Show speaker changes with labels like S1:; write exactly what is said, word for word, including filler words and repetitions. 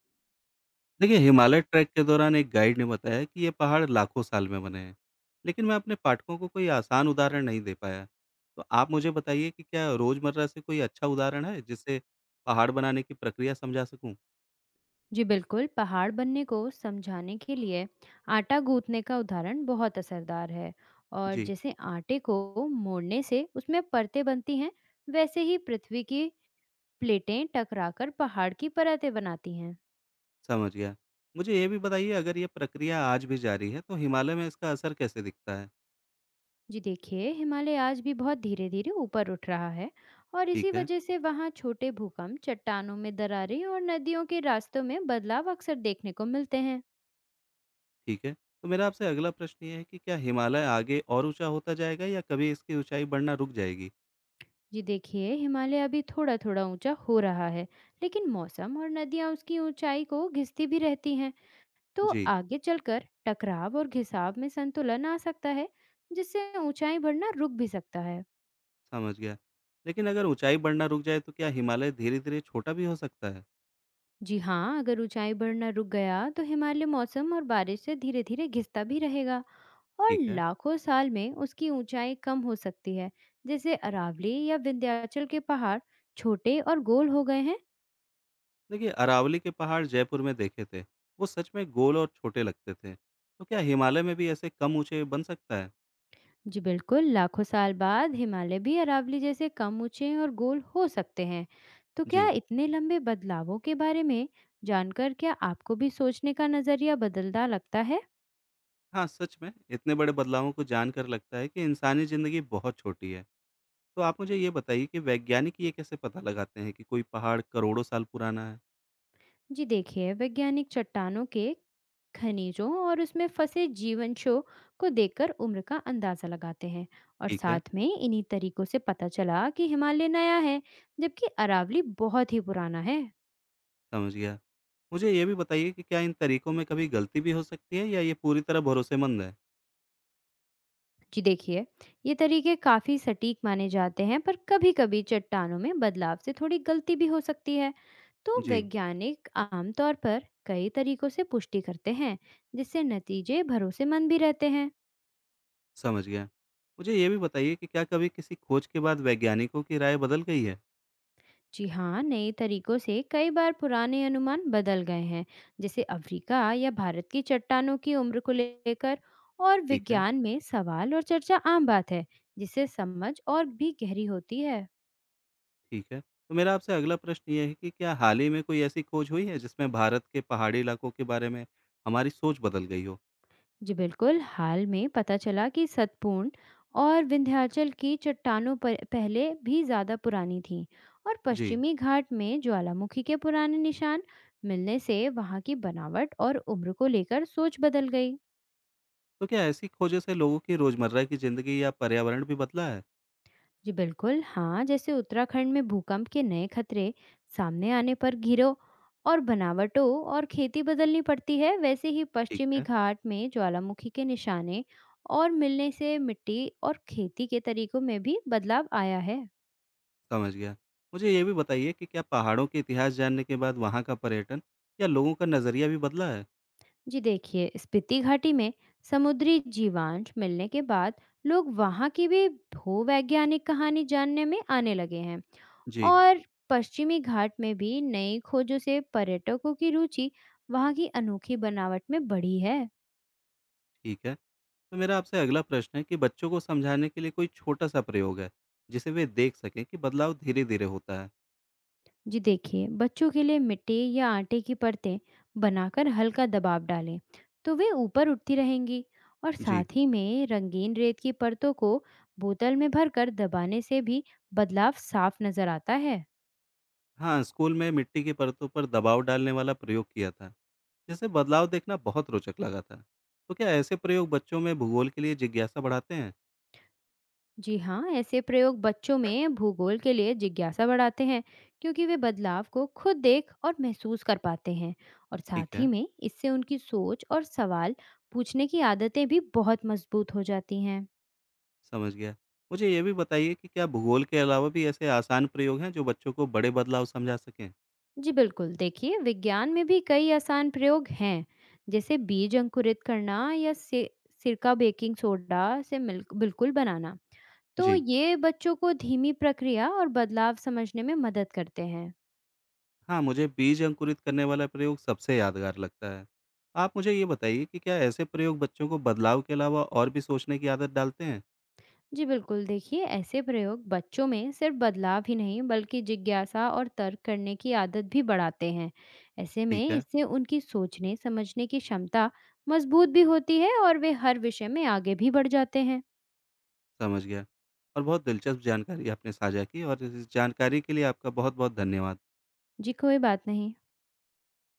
S1: देखिए, हिमालय ट्रैक के दौरान एक गाइड ने बताया कि ये पहाड़ लाखों साल में बने हैं, लेकिन मैं अपने पाठकों को कोई आसान उदाहरण नहीं दे पाया। तो आप मुझे बताइए कि क्या रोजमर्रा से कोई अच्छा उदाहरण है जिससे पहाड़ बनाने की प्रक्रिया समझा सकूं?
S2: जी बिल्कुल। पहाड़ बनने को समझाने के लिए आटा गूंथने का उदाहरण बहुत असरदार है। और
S1: जी,
S2: जैसे आटे को मोड़ने से उसमें परतें बनती हैं, वैसे ही पृथ्वी की प्लेटें टकराकर पहाड़ की परतें बनाती हैं।
S1: समझ गया। मुझे ये भी बताइए, अगर ये प्रक्रिया आज भी जारी है तो हिमालय में इसका असर कैसे दिखता है?
S2: जी देखिए, हिमालय आज भी बहुत धीरे धीरे ऊपर उठ रहा है। और इसी
S1: ठीक है,
S2: वजह से वहाँ छोटे भूकंप, चट्टानों में दरारें और नदियों के रास्तों में बदलाव अक्सर देखने को मिलते हैं।
S1: ठीक है। तो मेरा आपसे अगला प्रश्न ये है कि क्या हिमालय आगे और ऊंचा होता जाएगा या कभी इसकी ऊंचाई बढ़ना रुक जाएगी?
S2: जी देखिए, हिमालय अभी थोड़ा थोड़ा ऊंचा हो रहा है, लेकिन मौसम और नदियां उसकी ऊंचाई को घिसती भी रहती हैं। तो
S1: जी।
S2: आगे चलकर टकराव और घिसाव में संतुलन आ सकता है, जिससे ऊंचाई बढ़ना रुक भी सकता है।
S1: समझ गया। लेकिन अगर ऊँचाई बढ़ना रुक जाए तो क्या हिमालय धीरे-धीरे छोटा भी हो सकता है?
S2: जी हाँ, अगर ऊंचाई बढ़ना रुक गया तो हिमालय मौसम और बारिश से धीरे धीरे घिसता भी रहेगा, और
S1: ठीक है।
S2: लाखों साल में उसकी ऊंचाई कम हो सकती है। जैसे अरावली या विंध्याचल के पहाड़ छोटे और गोल हो गए हैं।
S1: देखिए, अरावली के पहाड़ जयपुर में देखे थे। वो सच में गोल और छोटे लगते थे। तो क्या हिमालय में भी ऐसे कम ऊँचे बन सकता है?
S2: जी बिल्कुल, लाखों साल बाद हिमालय भी अरावली जैसे कम ऊंचे और गोल हो सकते हैं। तो क्या
S1: जी।
S2: इतने लंबे बदलावों के बारे में जानकर क्या आपको भी सोचने का नजरिया बदलता लगता है?
S1: हाँ, सच में इतने बड़े बदलावों को जानकर लगता है कि इंसानी ज़िंदगी बहुत छोटी है। तो आप मुझे ये बताइए कि वैज्ञानिक ये कैसे पता लगाते हैं कि कोई पहाड़ करोड़ों साल पुराना है?
S2: जी देखिए, वैज्ञानिक चट्टानों के खनिजों और उसमें फंसे जीवंशों को देखकर उम्र का अंदाजा लगाते हैं। और
S1: ठीक है,
S2: साथ में इन्हीं तरीकों से पता चला कि हिमालय नया है, जबकि अरावली बहुत ही पुराना है।
S1: समझ गया। मुझे ये भी बताइए कि क्या इन तरीकों में कभी गलती भी हो सकती है या ये पूरी तरह भरोसेमंद है?
S2: जी देखिए, ये तरीके काफ़ी सटीक माने जाते हैं, पर कभी-कभी चट्टानों में बदलाव से थोड़ी गलती भी हो सकती है। तो
S1: जी।
S2: वैज्ञानिक आमतौर पर कई तरीकों से पुष्टि करते हैं, जिससे नतीजे भरोसेमंद भी रहते हैं।
S1: समझ गया। मुझे ये भी बताइए कि क्या कभी किसी खोज के बाद वैज्ञानिकों की राय बदल गई है?
S2: जी हाँ, नए तरीकों से कई बार पुराने अनुमान बदल गए हैं, जैसे अफ्रीका या भारत की चट्टानों की उम्र को लेकर। और
S1: ठीक है,
S2: विज्ञान में सवाल और चर्चा आम बात है, जिससे समझ और भी गहरी होती है।
S1: ठीक है। तो मेरा आपसे अगला प्रश्न ये है कि क्या हाल ही में कोई ऐसी खोज हुई है जिसमें भारत के पहाड़ी इलाकों के बारे में हमारी सोच बदल गई हो?
S2: जी बिल्कुल, हाल में पता चला कि सतपूर्ण और विंध्याचल की चट्टानों पर पहले भी ज़्यादा पुरानी थीं, और
S1: जी।
S2: पश्चिमी घाट में ज्वालामुखी के पुराने निशान मिलने से वहाँ की बनावट और उम्र को लेकर सोच बदल गई।
S1: तो क्या ऐसी खोजों से लोगों की रोज़मर्रा की ज़िंदगी या पर्यावरण भी बदला है?
S2: जी बिल्कुल हाँ, जैसे उत्तराखंड में भूकंप के नए खतरे सामने आने पर घिरो और बनावटों और खेती बदलनी पड़ती है। वैसे ही
S1: ठीक
S2: पश्चिमी
S1: है,
S2: घाट में ज्वालामुखी के निशाने और मिलने से मिट्टी और खेती के तरीकों में भी बदलाव आया है।
S1: समझ गया। मुझे ये भी बताइए कि क्या पहाड़ों के इतिहास जानने के बाद वहाँ का पर्यटन या लोगों का नज़रिया भी बदला है?
S2: जी देखिए, स्पीति घाटी में समुद्री जीवांश मिलने के बाद लोग वहाँ की भी भूवैज्ञानिक कहानी जानने में आने लगे हैं।
S1: जी।
S2: और पश्चिमी घाट में भी नई खोजों से पर्यटकों की रुचि वहाँ की अनोखी बनावट में बढ़ी है।
S1: ठीक है। तो मेरा आपसे अगला प्रश्न है कि बच्चों को समझाने के लिए कोई छोटा सा प्रयोग है जिसे वे देख सकें कि बदलाव धीरे धीरे होता है?
S2: जी देखिए, बच्चों के लिए मिट्टी या आटे की परतें बनाकर हल्का दबाव डालें तो वे ऊपर उठती रहेंगी। और
S1: जी।
S2: साथ ही में रंगीन रेत की परतों को बोतल में भरकर दबाने से भी बदलाव साफ नजर आता है।
S1: हाँ, स्कूल में मिट्टी की परतों पर दबाव डालने वाला प्रयोग किया था, जिससे बदलाव देखना बहुत रोचक लगा था। तो क्या ऐसे प्रयोग बच्चों में भूगोल के लिए जिज्ञासा बढ़ाते हैं?
S2: जी हाँ, ऐसे प्रयोग बच्चों में भूगोल के लिए जिज्ञासा बढ़ाते हैं, क्योंकि वे बदलाव को खुद देख और महसूस कर पाते हैं। और
S1: ठीक
S2: साथ ही
S1: है।
S2: में इससे उनकी सोच और सवाल पूछने की आदतें भी बहुत मजबूत हो जाती हैं।
S1: समझ गया। मुझे ये भी बताइए कि क्या भूगोल के अलावा भी ऐसे आसान प्रयोग हैं जो बच्चों को बड़े बदलाव समझा सकें?
S2: जी बिल्कुल। देखिए, विज्ञान में भी कई आसान प्रयोग हैं, जैसे बीज अंकुरित करना या सि- सिरका बेकिंग सोडा से मिल्क बिल्कुल बनाना। तो
S1: जी।
S2: ये बच्चों को धीमी प्रक्रिया और बदलाव समझने में मदद करते हैं।
S1: हाँ, मुझे बीज अंकुरित करने वाला प्रयोग सबसे यादगार लगता है। आप मुझे ये बताइए कि क्या ऐसे प्रयोग बच्चों को बदलाव के अलावा और भी सोचने की आदत डालते हैं?
S2: जी बिल्कुल। देखिए, ऐसे प्रयोग बच्चों में सिर्फ बदलाव ही नहीं बल्कि जिज्ञासा और तर्क करने की आदत भी बढ़ाते हैं। ऐसे में
S1: ठीक है,
S2: इससे उनकी सोचने समझने की क्षमता मजबूत भी होती है, और वे हर विषय में आगे भी बढ़ जाते हैं।
S1: समझ गया। और बहुत दिलचस्प जानकारी आपने साझा की और इस जानकारी के लिए आपका बहुत-बहुत धन्यवाद।
S2: जी कोई बात नहीं।